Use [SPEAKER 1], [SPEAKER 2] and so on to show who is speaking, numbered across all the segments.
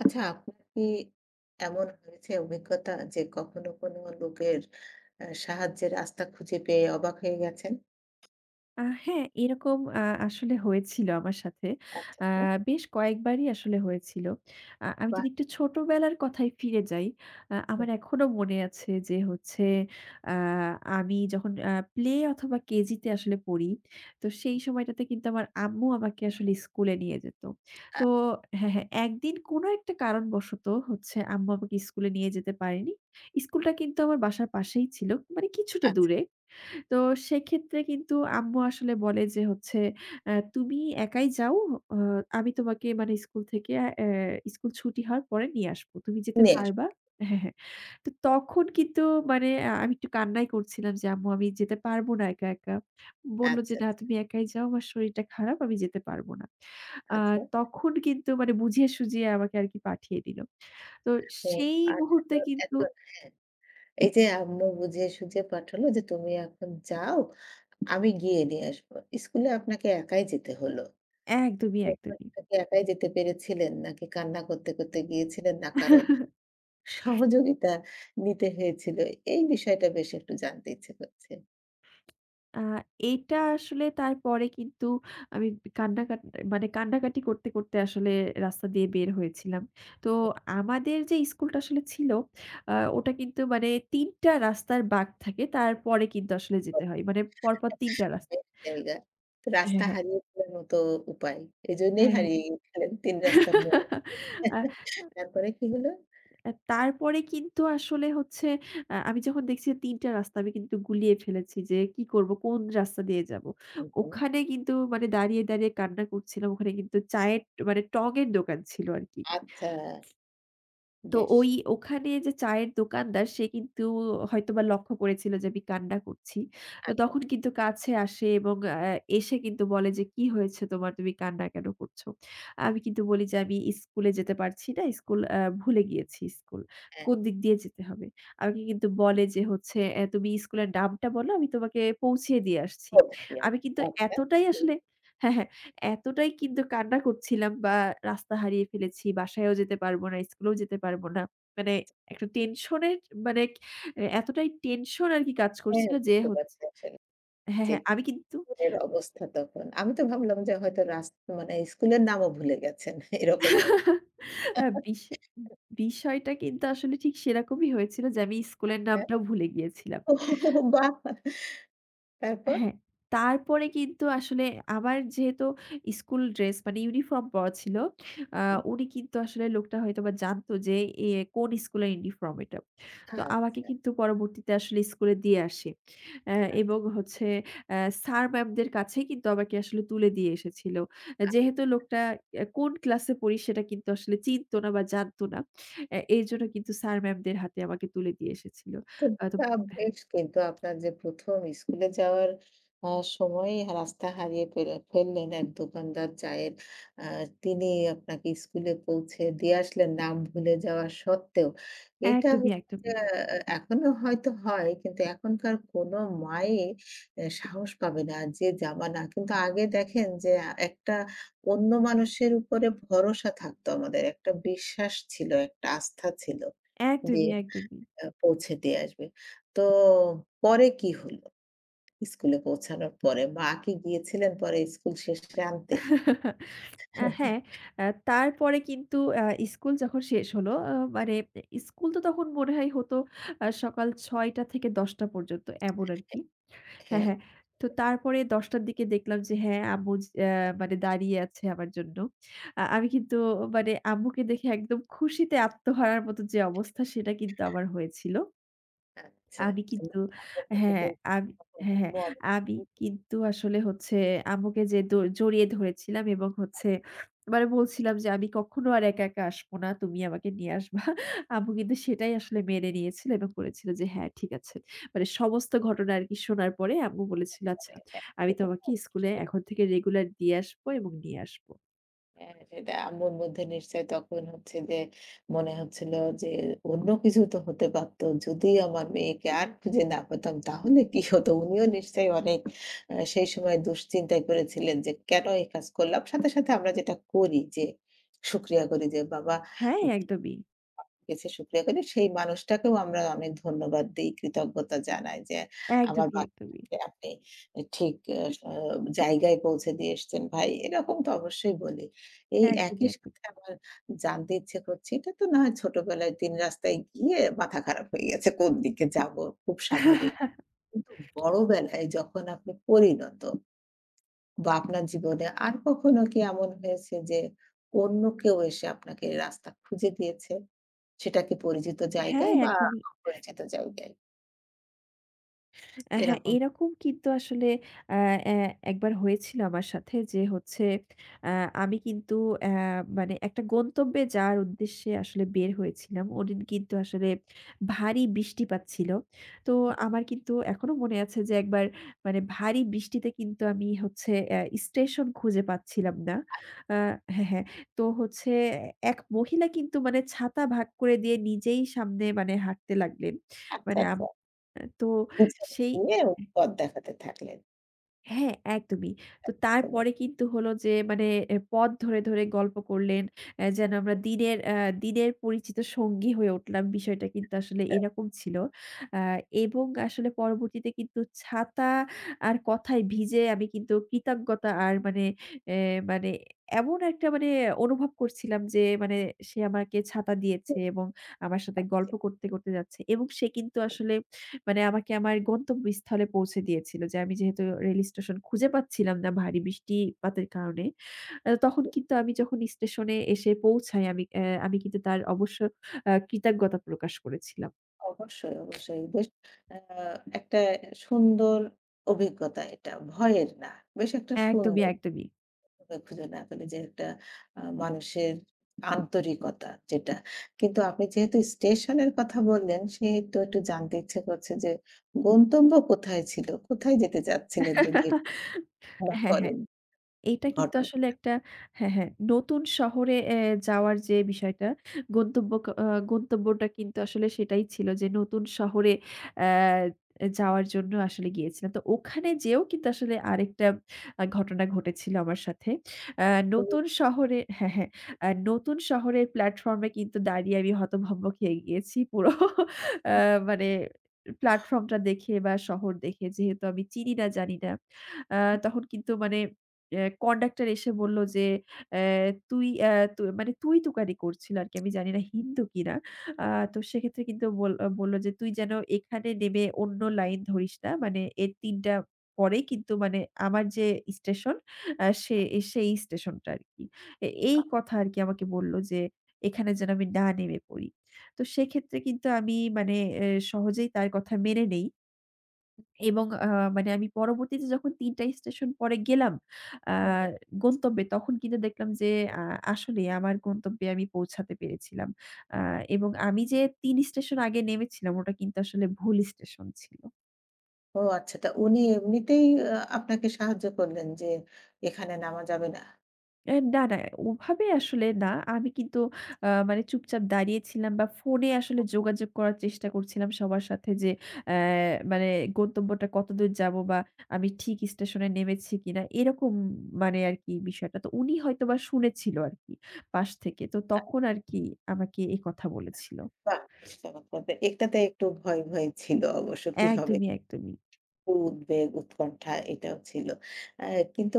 [SPEAKER 1] আচ্ছা, আপনার কি এমন হয়েছে অভিজ্ঞতা যে কখনো কোনো লোকের সাহায্যের রাস্তা খুঁজে পেয়ে অবাক হয়ে গেছেন?
[SPEAKER 2] হ্যাঁ, এরকম আসলে হয়েছিল আমার সাথে।
[SPEAKER 1] আচ্ছা,
[SPEAKER 2] আ
[SPEAKER 1] বাহ!
[SPEAKER 2] বেশ কয়েকবারই আসলে হয়েছিল। আমি
[SPEAKER 1] বাহ!
[SPEAKER 2] যদি একটু ছোটবেলার কথায় ফিরে যাই, আমার
[SPEAKER 1] হুম,
[SPEAKER 2] এখনো মনে আছে যে হচ্ছে আ আমি যখন প্লে অথবা কেজিতে আসলে পড়ি, তো সেই সময়টাতে কিন্তু আমার আম্মু আমাকে আসলে স্কুলে নিয়ে যেত।
[SPEAKER 1] আ
[SPEAKER 2] তো হ্যাঁ, হ্যাঁ, একদিন কোনো একটা কারণবশত হচ্ছে আম্মু আমাকে স্কুলে নিয়ে যেতে পারেনি। স্কুলটা কিন্তু আমার বাসার পাশেই ছিল, মানে কিছুটা
[SPEAKER 1] আচ্ছা।
[SPEAKER 2] দূরে। তো সেক্ষেত্রে কিন্তু আম্মু আসলে বলে যে হচ্ছে, তুমি একাই যাও। আ আমি তোমাকে মানে স্কুল থেকে অ্যা স্কুল ছুটি হওয়ার পরে নিয়ে আসবো। তুমি যেতে
[SPEAKER 1] নিয়ে আসুন।
[SPEAKER 2] পারবা?" হ্যাঁ, হ্যাঁ। তো তখন কিন্তু মানে আমি একটু কান্নাই করছিলাম যে, "আম্মু আমি যেতে পারবো না একা, একা।" বলল যে,
[SPEAKER 1] আচ্ছা,
[SPEAKER 2] "না
[SPEAKER 1] আচ্ছা,
[SPEAKER 2] তুমি একাই যাও। আমার শরীরটা খারাপ। আমি যেতে পারবো না।" আ
[SPEAKER 1] আচ্ছা।
[SPEAKER 2] তখন কিন্তু মানে বুঝিয়ে সুঝিয়ে আমাকে আরকি পাঠিয়ে দিল। তো
[SPEAKER 1] তো
[SPEAKER 2] সেই
[SPEAKER 1] আচ্ছা,
[SPEAKER 2] মুহূর্তে
[SPEAKER 1] তো
[SPEAKER 2] কিন্তু
[SPEAKER 1] এখন হ্যাঁ, এই যে আম্মু বুঝিয়ে সুঝিয়ে পাঠালো যে তুমি এখন যাও, আমি গিয়ে নিয়ে আসবো। স্কুলে আপনাকে একাই যেতে হলো।
[SPEAKER 2] একদমই,
[SPEAKER 1] প্রথমটা কি একাই যেতে পেরেছিলেন? নাকি কান্না করতে, করতে গিয়েছিলেন? না কারোর
[SPEAKER 2] একদমই।
[SPEAKER 1] সহযোগিতা নিতে হয়েছিল? এই বিষয়টা বেশ একটু জানতে ইচ্ছে করছে।
[SPEAKER 2] আ এইটা আসলে তারপরে কিন্তু আমি কান্নাকাট মানে কান্নাকাটি করতে, করতে আসলে রাস্তা দিয়ে বের হয়েছিলাম। তো আমাদের যে স্কুলটা আসলে ছিল, ওটা কিন্তু মানে ৩ টা রাস্তার বাঁক থাকে। তারপরে কিন্তু আসলে যেতে হয়। মানে পরপর ৩ টা রাস্তা
[SPEAKER 1] গরমের জায়গা। তো
[SPEAKER 2] হ্যাঁ,
[SPEAKER 1] রাস্তা
[SPEAKER 2] হ্যাঁ।
[SPEAKER 1] হারিয়ে ফেলার মতো উপায়। এজন্যই
[SPEAKER 2] হ্যাঁ, হ্যাঁ।
[SPEAKER 1] হারিয়ে গিয়েছিলেন ৩ রাস্তার মোড়ে।
[SPEAKER 2] আ
[SPEAKER 1] তারপরে কি হলো?
[SPEAKER 2] অ্যা তারপরে কিন্তু আসলে হচ্ছে আমি যখন দেখছি ৩ টা রাস্তা আমি কিন্তু গুলিয়ে ফেলেছি যে কি করব? কোন রাস্তা দিয়ে যাব?
[SPEAKER 1] হুম, হুম।
[SPEAKER 2] ওখানে কিন্তু মানে দাঁড়িয়ে, দাঁড়িয়ে কান্না করছিলাম। ওখানে কিন্তু চায়ের মানে টঙের দোকান ছিল আরকি।
[SPEAKER 1] আচ্ছা,
[SPEAKER 2] তো
[SPEAKER 1] বেশ।
[SPEAKER 2] ওই ওখানে যে চায়ের দোকানদার সে কিন্তু হয়তোবা লক্ষ্য করেছিল যে আমি কান্না করছি। তো
[SPEAKER 1] আচ্ছা,
[SPEAKER 2] তখন কিন্তু কাছে আসে এবং এসে কিন্তু বলে যে, "কি হয়েছে তোমার? তুমি কান্না কেন করছো?" আমি কিন্তু বলি যে, "আমি স্কুলে যেতে পারছি না। স্কুল ভুলে গিয়েছি স্কুল।
[SPEAKER 1] হ্যাঁ।
[SPEAKER 2] কোন দিক দিয়ে যেতে হবে?" আমাকে কিন্তু বলে যে হচ্ছে, তুমি স্কুলের নামটা বলো, আমি তোমাকে পৌঁছিয়ে দিয়ে আসছি।"
[SPEAKER 1] কোথা দিয়ে
[SPEAKER 2] আমি কিন্তু
[SPEAKER 1] আসবে? আচ্ছা।
[SPEAKER 2] এতটাই
[SPEAKER 1] হুম,
[SPEAKER 2] আসলে হ্যাঁ, হ্যাঁ। এতটাই কিন্তু কান্না করছিলাম বা রাস্তা হারিয়ে ফেলেছি, বাসায়ও যেতে পারবো না, স্কুলেও যেতে পারবো না। মানে একটা টেনশনের মানে এতটাই টেনশন আরকি কাজ
[SPEAKER 1] হ্যাঁ,
[SPEAKER 2] করছিল যে
[SPEAKER 1] বুঝতে
[SPEAKER 2] হচ্ছে
[SPEAKER 1] পারছি আসলে
[SPEAKER 2] হ্যাঁ,
[SPEAKER 1] যে
[SPEAKER 2] হ্যাঁ, আমি কিন্তু
[SPEAKER 1] এর অবস্থা তখন। আমি তো ভাবলাম যে হয়তো মানে স্কুলের নামও ভুলে গেছেন। এরকম অবস্থা।
[SPEAKER 2] আ বিষয় বিষয়টা কিন্তু আসলে ঠিক সেরকমই হয়েছিল যে আমি স্কুলের নামটাও ভুলে গিয়েছিলাম।
[SPEAKER 1] ওহ বাহ! তারপর?
[SPEAKER 2] হ্যাঁ, তারপরে কিন্তু আসলে আমার যেহেতু স্কুল ড্রেস মানে ইউনিফর্ম পরা ছিল, আ
[SPEAKER 1] হুম।
[SPEAKER 2] উনি কিন্তু আসলে লোকটা হয়তোবা জানতো যে এ কোন স্কুলের ইউনিফর্ম এটা। তো আমাকে
[SPEAKER 1] আচ্ছা,
[SPEAKER 2] কিন্তু পরবর্তীতে আসলে স্কুলে দিয়ে আসে। অ্যা
[SPEAKER 1] আচ্ছা।
[SPEAKER 2] এবং হচ্ছে স্যার ম্যামদের কাছেই কিন্তু আমাকে আসলে তুলে দিয়ে এসেছিল। যেহেতু লোকটা কোন ক্লাসে পড়ি সেটা কিন্তু আসলে চিনতো না বা জানতো না। এজন্য কিন্তু স্যার ম্যামদের হাতে আমাকে তুলে দিয়ে এসেছিল।
[SPEAKER 1] তো
[SPEAKER 2] তো
[SPEAKER 1] তা
[SPEAKER 2] হ্যাঁ।
[SPEAKER 1] বেশ, কিন্তু আপনার যে ১ম স্কুলে যাওয়ার আ সময়েই রাস্তা হারিয়ে ফেললেন এক দোকানদার চায়ের। আ তিনি আপনাকে স্কুলে পৌঁছে দিয়ে আসলেন নাম ভুলে যাওয়া সত্ত্বেও। এটা
[SPEAKER 2] একদমই,
[SPEAKER 1] হচ্ছে যে
[SPEAKER 2] একদমই,
[SPEAKER 1] আ এখনো হয়তো হয়, কিন্তু এখনকার কোনো মাই সাহস পাবে না, যে জামানা। কিন্তু আগে দেখেন যে একটা অন্য মানুষের উপরে ভরসা থাকতো আমাদের। একটা বিশ্বাস ছিল, একটা আস্থা ছিল। যে
[SPEAKER 2] একদমই, একদমই।
[SPEAKER 1] পৌঁছে দিয়ে আসবে। তো পরে কি হলো? স্কুলে পৌঁছানোর পরে মা কি গিয়েছিলেন পরে স্কুল শেষে আনতে?
[SPEAKER 2] হ্যাঁ, তারপরে কিন্তু স্কুল যখন শেষ হলো, মানে স্কুল তো তখন মনে হয় হতো সকাল ৬টা থেকে ১০টা পর্যন্ত এমন আরকি। হ্যাঁ,
[SPEAKER 1] হ্যাঁ,
[SPEAKER 2] হ্যাঁ। তো তারপরে ১০টার দিকে দেখলাম যে হ্যাঁ, আম্মু য আ মানে দাঁড়িয়ে আছে আমার জন্য। আমি কিন্তু মানে আম্মুকে দেখে একদম খুশিতে আত্মহারার মতো যে অবস্থা সেটা কিন্তু আমার হয়েছিল।
[SPEAKER 1] আচ্ছা।
[SPEAKER 2] আমি
[SPEAKER 1] তো
[SPEAKER 2] কিন্তু
[SPEAKER 1] আম্মু কিন্তু
[SPEAKER 2] হ্যাঁ,
[SPEAKER 1] বলতেন
[SPEAKER 2] আমি
[SPEAKER 1] তখন, তো
[SPEAKER 2] হ্যাঁ, হ্যাঁ।
[SPEAKER 1] আম্মু
[SPEAKER 2] আমি
[SPEAKER 1] অনেক
[SPEAKER 2] কিন্তু আসলে হচ্ছে আম্মুকে যে দ জড়িয়ে ধরেছিলাম এবং হচ্ছে মানে বলছিলাম যে, "আমি কখনো আর একা, একা আসবো না। তুমি আমাকে নিয়ে আসবা।" আম্মু কিন্তু সেটাই আসলে মেনে নিয়েছিল এবং বলেছিল যে, "হ্যাঁ, ঠিক আছে।" মানে সমস্ত ঘটনা আরকি শোনার পরে আম্মু বলেছিল, "আচ্ছা,
[SPEAKER 1] করে। হ্যাঁ,
[SPEAKER 2] আমি
[SPEAKER 1] সেটা তো
[SPEAKER 2] তোমাকে স্কুলে
[SPEAKER 1] অবশ্যই।
[SPEAKER 2] এখন থেকে রেগুলার দিয়ে আসবো এবং নিয়ে আসবো।"
[SPEAKER 1] হ্যাঁ, সেটা আম্মুর মধ্যে নিশ্চয়ই তখন হচ্ছে যে মনে হচ্ছিল যে অন্য কিছু তো হতে পারতো। যদি আমার মেয়েকে আর খুঁজে না পেতাম তাহলে কি হতো? উনিও নিশ্চয়ই অনেক সেই সময় দুশ্চিন্তায় পড়েছিলেন যে কেন এই কাজ করলাম? সাথে, সাথে আমরা যেটা করি যে শুকরিয়া করি যে বাবা
[SPEAKER 2] হ্যাঁ, একদমই।
[SPEAKER 1] কাছে শুকরিয়া করি। সেই মানুষটাকেও আমরা অনেক ধন্যবাদ দেই, কৃতজ্ঞতা জানাই যে আমার
[SPEAKER 2] একদমই, একদমই।
[SPEAKER 1] বাচ্চাকে আপনি ঠিক জায়গায় পৌঁছে দিয়ে এসেছেন ভাই। এরকম তো অবশ্যই বলি। এই
[SPEAKER 2] একদমই,
[SPEAKER 1] একই
[SPEAKER 2] একদমই।
[SPEAKER 1] সাথে আমার জানতে ইচ্ছে করছে, এটা তো না হয় ছোটবেলায় ৩ রাস্তায় গিয়ে মাথা খারাপ হয়ে গেছে কোন দিকে যাব, খুব স্বাভাবিক। কিন্তু বড়বেলায় যখন আপনি পরিণত বা আপনার জীবনে আর কখনো কি এমন হয়েছে যে অন্য কেউ এসে আপনাকে রাস্তা খুঁজে দিয়েছে? সেটা কি পরিচিত
[SPEAKER 2] হ্যাঁ,
[SPEAKER 1] জায়গায় বা
[SPEAKER 2] একদমই।
[SPEAKER 1] অপরিচিত জায়গায়?
[SPEAKER 2] হ্যাঁ,
[SPEAKER 1] এরকম।
[SPEAKER 2] এরকম কিন্তু আসলে আ অ্যা একবার হয়েছিল আমার সাথে যে হচ্ছে আ আমি কিন্তু অ্যা মানে একটা গন্তব্যে যাওয়ার উদ্দেশ্যে আসলে বের হয়েছিলাম। ওদিন কিন্তু আসলে ভারী বৃষ্টিপাত ছিল। তো আমার কিন্তু এখনো মনে আছে যে একবার মানে ভারী বৃষ্টিতে কিন্তু আমি হচ্ছে স্টেশন খুঁজে পাচ্ছিলাম না। আ হ্যাঁ, হ্যাঁ। তো হচ্ছে এক মহিলা কিন্তু মানে ছাতা ভাগ করে দিয়ে নিজেই সামনে মানে হাঁটতে লাগলেন।
[SPEAKER 1] আচ্ছা,
[SPEAKER 2] মানে
[SPEAKER 1] আচ্ছা।
[SPEAKER 2] তো
[SPEAKER 1] পিছনে
[SPEAKER 2] সেই
[SPEAKER 1] নিয়ে পথ দেখাতে থাকলেন।
[SPEAKER 2] হ্যাঁ, একদমই। তো
[SPEAKER 1] পিছনে
[SPEAKER 2] তারপরে কিন্তু হলো যে মানে পথ ধরে, ধরে গল্প করলেন। যেন আমরা দিনের দিনের পরিচিত সঙ্গী হয়ে উঠলাম। বিষয়টা কিন্তু আসলে এরকম ছিল। আ এবং আসলে পরবর্তীতে কিন্তু ছাতা আর কথায় ভিজে আমি কিন্তু কৃতজ্ঞতা আর মানে এ মানে এমন একটা মানে অনুভব করছিলাম যে মানে সে আমাকে ছাতা দিয়েছে
[SPEAKER 1] খুব
[SPEAKER 2] এবং আমার সাথে
[SPEAKER 1] পাচ্ছি।
[SPEAKER 2] গল্প করতে, করতে যাচ্ছে এবং সে কিন্তু আসলে মানে আমাকে আমার গন্তব্যস্থলে পৌঁছে দিয়েছিল যে আমি যেহেতু রেল স্টেশন খুঁজে পাচ্ছিলাম না ভারী বৃষ্টিপাতের কারণে। তখন কিন্তু আমি যখন স্টেশনে এসে পৌঁছাই আমি আমি কিন্তু তার অবশ্য কৃতজ্ঞতা প্রকাশ করেছিলাম।
[SPEAKER 1] অবশ্যই, অবশ্যই। বেশ আ একটা সুন্দর অভিজ্ঞতা এটা। ভয়ের না। বেশ একটা
[SPEAKER 2] একদমই,
[SPEAKER 1] সুন্দর
[SPEAKER 2] একদমই।
[SPEAKER 1] এভাবে খুঁজে না পেলে যে একটা মানুষের আন্তরিকতা যেটা। কিন্তু আপনি যেহেতু স্টেশনের কথা বললেন, সেহেতু একটু জানতে ইচ্ছে করছে যে গন্তব্য কোথায় ছিল? কোথায় যেতে চাচ্ছিলেন? যদি একটু না
[SPEAKER 2] হ্যাঁ, হ্যাঁ।
[SPEAKER 1] করেন
[SPEAKER 2] এইটা কিন্তু
[SPEAKER 1] ঘটনা।
[SPEAKER 2] আসলে একটা হ্যাঁ, হ্যাঁ, নতুন শহরে যাওয়ার যে বিষয়টা, গন্তব্য ক আ গন্তব্যটা কিন্তু আসলে সেটাই ছিল যে নতুন শহরে অ্যা যাওয়ার জন্য আসলে গিয়েছিলাম। তো ওখানে যেয়েও কিন্তু আসলে আরেকটা ঘটনা ঘটেছিল আমার সাথে। আ
[SPEAKER 1] ও
[SPEAKER 2] নতুন শহরে হ্যাঁ, হ্যাঁ, নতুন শহরের প্ল্যাটফর্মে কিন্তু দাঁড়িয়ে আমি হতভম্ব খেয়ে গিয়েছি পুরো। আ মানে প্ল্যাটফর্মটা দেখে বা শহর দেখে যেহেতু আমি চিনি না, জানি না। আ তখন কিন্তু মানে কন্ডাক্টর এসে বলল যে, অ্যা তুই অ্যা তু মানে তুই-তুকারি করছিল আরকি। আমি জানি না হিন্দু কিনা। আ তো সেক্ষেত্রে কিন্তু বলল যে, "তুই যেন এখানে নেমে অন্য লাইন ধরিস না। মানে এর ৩ টা পরেই কিন্তু মানে আমার যে স্টেশন আ সে সেই স্টেশনটা আরকি।" এই
[SPEAKER 1] আ
[SPEAKER 2] কথা আরকি আমাকে বলল যে, "এখানে যেন আমি না নেমে পড়ি।" তো সেক্ষেত্রে কিন্তু আমি মানে সহজেই তার কথা মেনে নেই। এবং মানে আমি পরবর্তীতে যখন ৩ টা স্টেশন পরে গেলাম আ গন্তব্যে, তখন কিন্তু দেখলাম যে আ আসলেই আমার গন্তব্যে আমি পৌঁছাতে পেরেছিলাম। আ এবং আমি যে ৩ স্টেশন আগে নেমেছিলাম, ওটা কিন্তু আসলে ভুল স্টেশন ছিল।
[SPEAKER 1] ও আচ্ছা। তা উনি এমনিতেই আপনাকে সাহায্য করলেন যে এখানে নামা যাবে না।
[SPEAKER 2] না, না। ওভাবে আসলে না। আমি কিন্তু মানে চুপচাপ দাঁড়িয়েছিলাম বা ফোনে আসলে যোগাযোগ করার চেষ্টা করছিলাম সবার সাথে যে অ্যা মানে গন্তব্যটা কতদূর যাবো বা আমি ঠিক স্টেশনে নেমেছি কিনা? এরকম মানে আরকি বিষয়টা। তো উনি হয়তোবা শুনেছিল আরকি পাশ থেকে। তো তখন আরকি আমাকে এ কথা বলেছিল।
[SPEAKER 1] বাহ! বেশ চমৎকার। তো এটাতে একটু ভয়, ভয় ছিল অবশ্য, কি হবে?
[SPEAKER 2] একদমই, একদমই।
[SPEAKER 1] উদ্বেগ, উৎকণ্ঠা এটাও ছিল। আ কিন্তু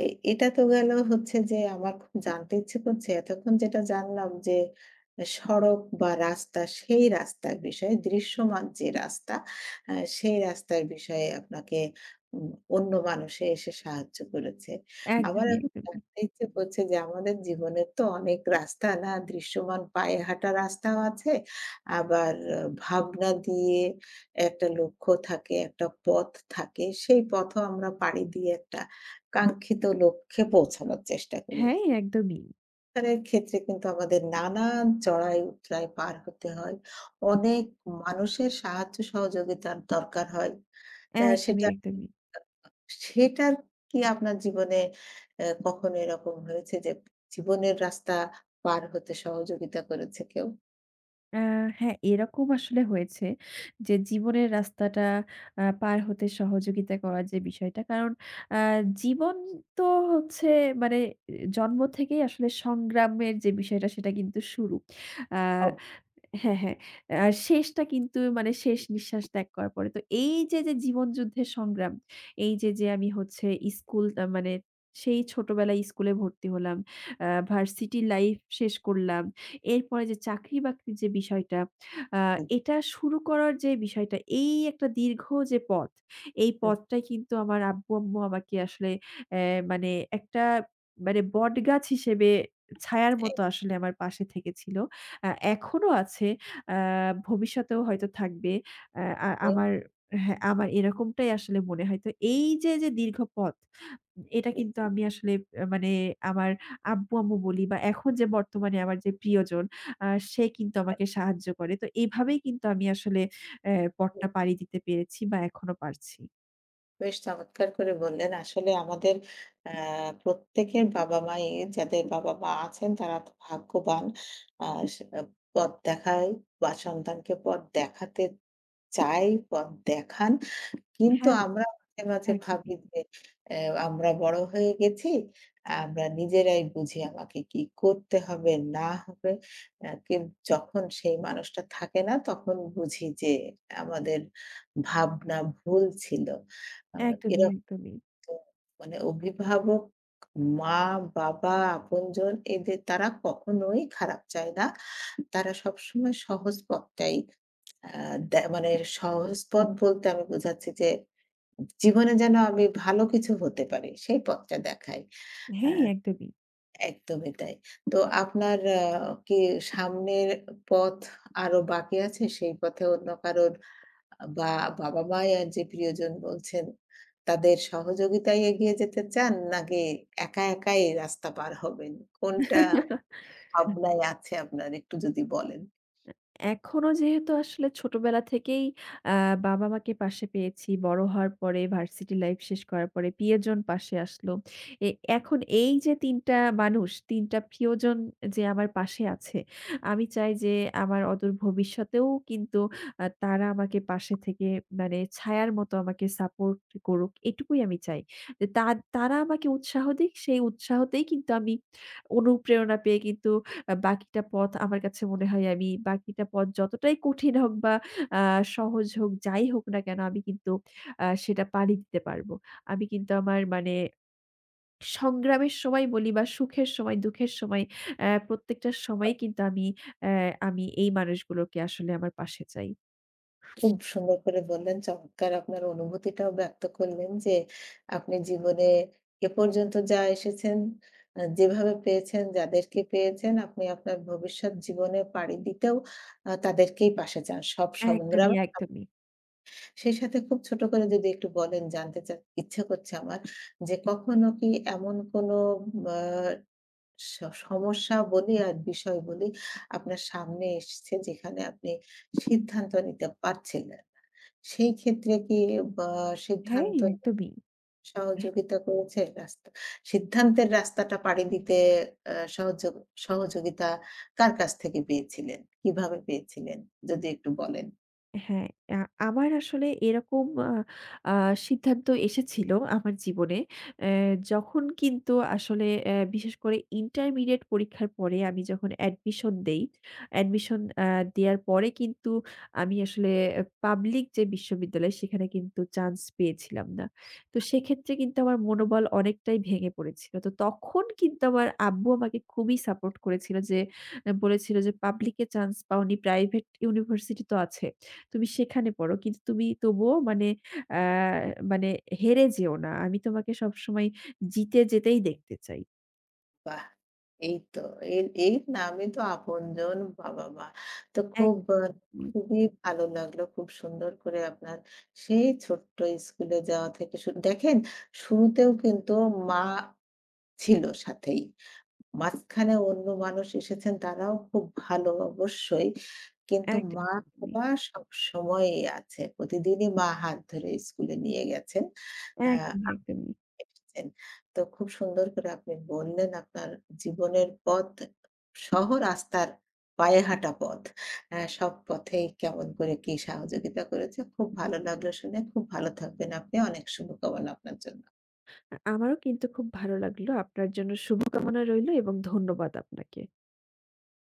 [SPEAKER 1] এ এটা তো গেল, হচ্ছে যে আমার খুব জানতে ইচ্ছে করছে। এতক্ষণ যেটা জানলাম যে সড়ক বা রাস্তা, সেই রাস্তার বিষয়ে দৃশ্যমান যে রাস্তা, সেই রাস্তার বিষয়ে আপনাকে উম অন্য মানুষে এসে সাহায্য করেছে। আমার
[SPEAKER 2] একদমই,
[SPEAKER 1] এখন
[SPEAKER 2] একদমই।
[SPEAKER 1] জানতে ইচ্ছে করছে যে আমাদের জীবনের তো অনেক রাস্তা, না দৃশ্যমান পায়ে হাঁটা রাস্তাও আছে। আবার ভাবনা দিয়ে একটা লক্ষ্য থাকে, একটা পথ থাকে। সেই পথও আমরা পাড়ি দিয়ে একটা কাঙ্ক্ষিত লক্ষ্যে পৌঁছানোর চেষ্টা করি।
[SPEAKER 2] হ্যাঁ, একদমই।
[SPEAKER 1] আর এর ক্ষেত্রে কিন্তু আমাদের নানান চড়াই উতরাই পার হতে হয়। অনেক মানুষের সাহায্য সহযোগিতার দরকার হয়। অ্যা
[SPEAKER 2] একদমই,
[SPEAKER 1] সেটা
[SPEAKER 2] একদমই।
[SPEAKER 1] সেটার কি আপনার জীবনে কখনো এরকম হয়েছে যে জীবনের রাস্তা পার হতে সহযোগিতা করেছে কেউ?
[SPEAKER 2] আ হ্যাঁ, এরকম আসলে হয়েছে যে জীবনের রাস্তাটা পার হতে সহযোগিতা করার যে বিষয়টা। কারণ আ জীবন তো হচ্ছে মানে আহ, জন্ম থেকেই আসলে সংগ্রামের যে বিষয়টা সেটা কিন্তু শুরু। আ হ্যাঁ, হ্যাঁ। আর শেষটা কিন্তু মানে শেষ নিঃশ্বাস ত্যাগ করার পরে। তো এই যে, যে জীবনযুদ্ধের সংগ্রাম, এই যে, যে আমি হচ্ছে স্কুল আ মানে সেই ছোটবেলায় স্কুলে ভর্তি হলাম। ভার্সিটি লাইফ শেষ করলাম। এরপরে যে চাকরি-বাকরির যে বিষয়টা, আ
[SPEAKER 1] অবশ্যই।
[SPEAKER 2] এটা শুরু করার যে বিষয়টা, এই একটা দীর্ঘ যে পথ, এই
[SPEAKER 1] হুম,
[SPEAKER 2] পথটাই কিন্তু আমার আব্বু-আম্মু আমাকে আসলে অ্যা মানে একটা মানে বটগাছ হিসেবে ছায়ার মতো আসলে আমার পাশে থেকেছিল। আ এখনো আছে। আ ভবিষ্যতেও হয়তো থাকবে। আ আ
[SPEAKER 1] একদমই।
[SPEAKER 2] আমার হ্যাঁ, আমার এরকমটাই আসলে মনে হয়। তো এই যে, যে দীর্ঘ পথ, এটা কিন্তু আমি আসলে মানে আমার আব্বু-আম্মু বলি বা এখন যে বর্তমানে আমার যে প্রিয়জন, আ সে কিন্তু আমাকে সাহায্য করে। তো এভাবেই কিন্তু আমি আসলে অ্যা পথটা পাড়ি দিতে পেরেছি বা এখনো পারছি।
[SPEAKER 1] বেশ চমৎকার করে বললেন। আসলে আমাদের আ প্রত্যেকের বাবা-মাই, যাদের বাবা-মা আছেন তারা তো ভাগ্যবান। আ সে পথ দেখায় বা সন্তানকে পথ দেখাতে চায়, পথ দেখান। কিন্তু
[SPEAKER 2] হ্যাঁ,
[SPEAKER 1] আমরা মাঝে, মাঝে
[SPEAKER 2] একদমই,
[SPEAKER 1] ভাবি যে অ্যা আমরা বড় হয়ে গেছি। আমরা নিজেরাই বুঝি আমাকে কি করতে হবে, না হবে। আ কিন যখন সেই মানুষটা থাকে না তখন বুঝি যে আমাদের ভাবনা ভুল ছিল। আ এর
[SPEAKER 2] একদমই, একদমই।
[SPEAKER 1] তো মানে অভিভাবক, মা, বাবা, আপনজন, এদের, তারা কখনোই খারাপ চায় না। তারা সবসময় সহজ পথটাই আ দে মানে সহজ পথ বলতে আমি বোঝাচ্ছি যে, জীবনে যেন আমি ভালো কিছু হতে পারি, সেই পথটা দেখায়। আ
[SPEAKER 2] হ্যাঁ, একদমই।
[SPEAKER 1] একদমই তাই। তো আপনার কি সামনের পথ আরো বাকি আছে? সেই পথে অন্য কারোর বা বাবা-মা আর যে প্রিয়জন বলছেন, তাদের সহযোগিতায় এগিয়ে যেতে চান? নাকি একা, একাই রাস্তা পার হবেন? কোনটা ভাবনায় আছে আপনার? একটু যদি বলেন।
[SPEAKER 2] এখনো যেহেতু আসলে ছোটবেলা থেকেই আ বাবা-মাকে পাশে পেয়েছি। বড় হওয়ার পরে ভার্সিটি লাইফ শেষ করার পরে প্রিয়জন পাশে আসলো। এ এখন এই যে ৩ টা মানুষ, ৩ টা প্রিয়জন যে আমার পাশে আছে, আমি চাই যে আমার অদূর ভবিষ্যতেও কিন্তু তারা আমাকে পাশে থেকে মানে ছায়ার মতো আমাকে সাপোর্ট করুক, এটুকুই আমি চাই। যে তারা আমাকে উৎসাহ দিক, সেই উৎসাহতেই কিন্তু আমি অনুপ্রেরণা পেয়ে কিন্তু বাকিটা পথ আমার কাছে মনে হয় আমি বাকিটা পথ যতটাই কঠিন হোক বা আ সহজ হোক, যাই হোক না কেন আমি কিন্তু সেটা পাড়ি দিতে পারবো। আমি কিন্তু আমার মানে সংগ্রামের সময় বলি বা সুখের সময়, দুঃখের সময় প্রত্যেকটা সময় কিন্তু আমি অ্যা আমি এই মানুষগুলোকে আসলে আমার পাশে চাই।
[SPEAKER 1] খুব সুন্দর করে বললেন। চমৎকার আপনার অনুভূতিটাও ব্যক্ত করলেন যে, আপনি জীবনে এ পর্যন্ত যা এসেছেন, যেভাবে পেয়েছেন, যাদেরকে পেয়েছেন, আপনি আপনার ভবিষ্যৎ জীবনে পাড়ি দিতেও তাদেরকেই পাশে চান। সব
[SPEAKER 2] একদমই,
[SPEAKER 1] সংগ্রাম
[SPEAKER 2] একদমই।
[SPEAKER 1] সেই সাথে খুব ছোট করে যদি একটু বলেন, জানতে ইচ্ছা করছে আমার, যে কখনো কি এমন কোনো আ স সমস্যা বলি আর বিষয় বলি আপনার সামনে এসছে যেখানে আপনি সিদ্ধান্ত নিতে পারছিলেন। সেই ক্ষেত্রে কি বা
[SPEAKER 2] হ্যাঁ,
[SPEAKER 1] সিদ্ধান্ত
[SPEAKER 2] একদমই।
[SPEAKER 1] সহযোগিতা করেছে, রাস্তা, সিদ্ধান্তের রাস্তাটা পাড়ি দিতে আ সহযোগ সহযোগিতা কার কাছ থেকে পেয়েছিলেন? কিভাবে পেয়েছিলেন? যদি একটু বলেন।
[SPEAKER 2] হ্যাঁ, আ আমার আসলে এরকম আ আ সিদ্ধান্ত এসেছিল আমার জীবনে। অ্যা যখন কিন্তু আসলে বিশেষ করে ইন্টারমিডিয়েট পরীক্ষার পরে আমি যখন অ্যাডমিশন দেই, অ্যাডমিশন আ দেয়ার পরে কিন্তু আমি আসলে পাবলিক যে বিশ্ববিদ্যালয় সেখানে কিন্তু চান্স পেয়েছিলাম না। তো সেক্ষেত্রে কিন্তু আমার মনোবল অনেকটাই ভেঙে পড়েছিল। তো তখন কিন্তু আমার আব্বু আমাকে খুবই সাপোর্ট করেছিল যে, বলেছিল যে, "পাবলিকে চান্স পাওনি, প্রাইভেট ইউনিভার্সিটি তো আছে।" তুমি সেখানে পড়ো। কিন্তু তুমি তবুও মানে আ মানে হেরে যেও না। আমি তোমাকে সবসময় জিতে যেতেই দেখতে চাই।
[SPEAKER 1] বাহ! এই তো, এর এর নামই তো আপনজন। বাহ, বাহ, বাহ! তো খুব
[SPEAKER 2] একদমই,
[SPEAKER 1] খুবই ভালো লাগলো। খুব সুন্দর করে আপনার সেই ছোট্ট স্কুলে যাওয়া থেকে শুরু, দেখেন শুরুতেও কিন্তু মা ছিল সাথেই। মাঝখানে অন্য মানুষ এসেছেন, তারাও খুব ভালো অবশ্যই। কিন্তু মা,
[SPEAKER 2] একদমই,
[SPEAKER 1] বাবা সবসময়ই আছে। প্রতিদিনই মা হাত ধরে স্কুলে নিয়ে গেছেন। আ
[SPEAKER 2] একদমই, একদমই।
[SPEAKER 1] এসেছেন। তো খুব সুন্দর করে আপনি বললেন আপনার জীবনের পথ সহ রাস্তার পায়ে হাঁটা পথ। সব পথেই কেমন করে কি সহযোগিতা করেছে। খুব ভালো লাগলো শুনে। খুব ভালো থাকবেন আপনি। অনেক শুভকামনা আপনার জন্য।
[SPEAKER 2] আমারও কিন্তু খুব ভালো লাগলো। আপনার জন্য শুভকামনা রইলো এবং ধন্যবাদ আপনাকে।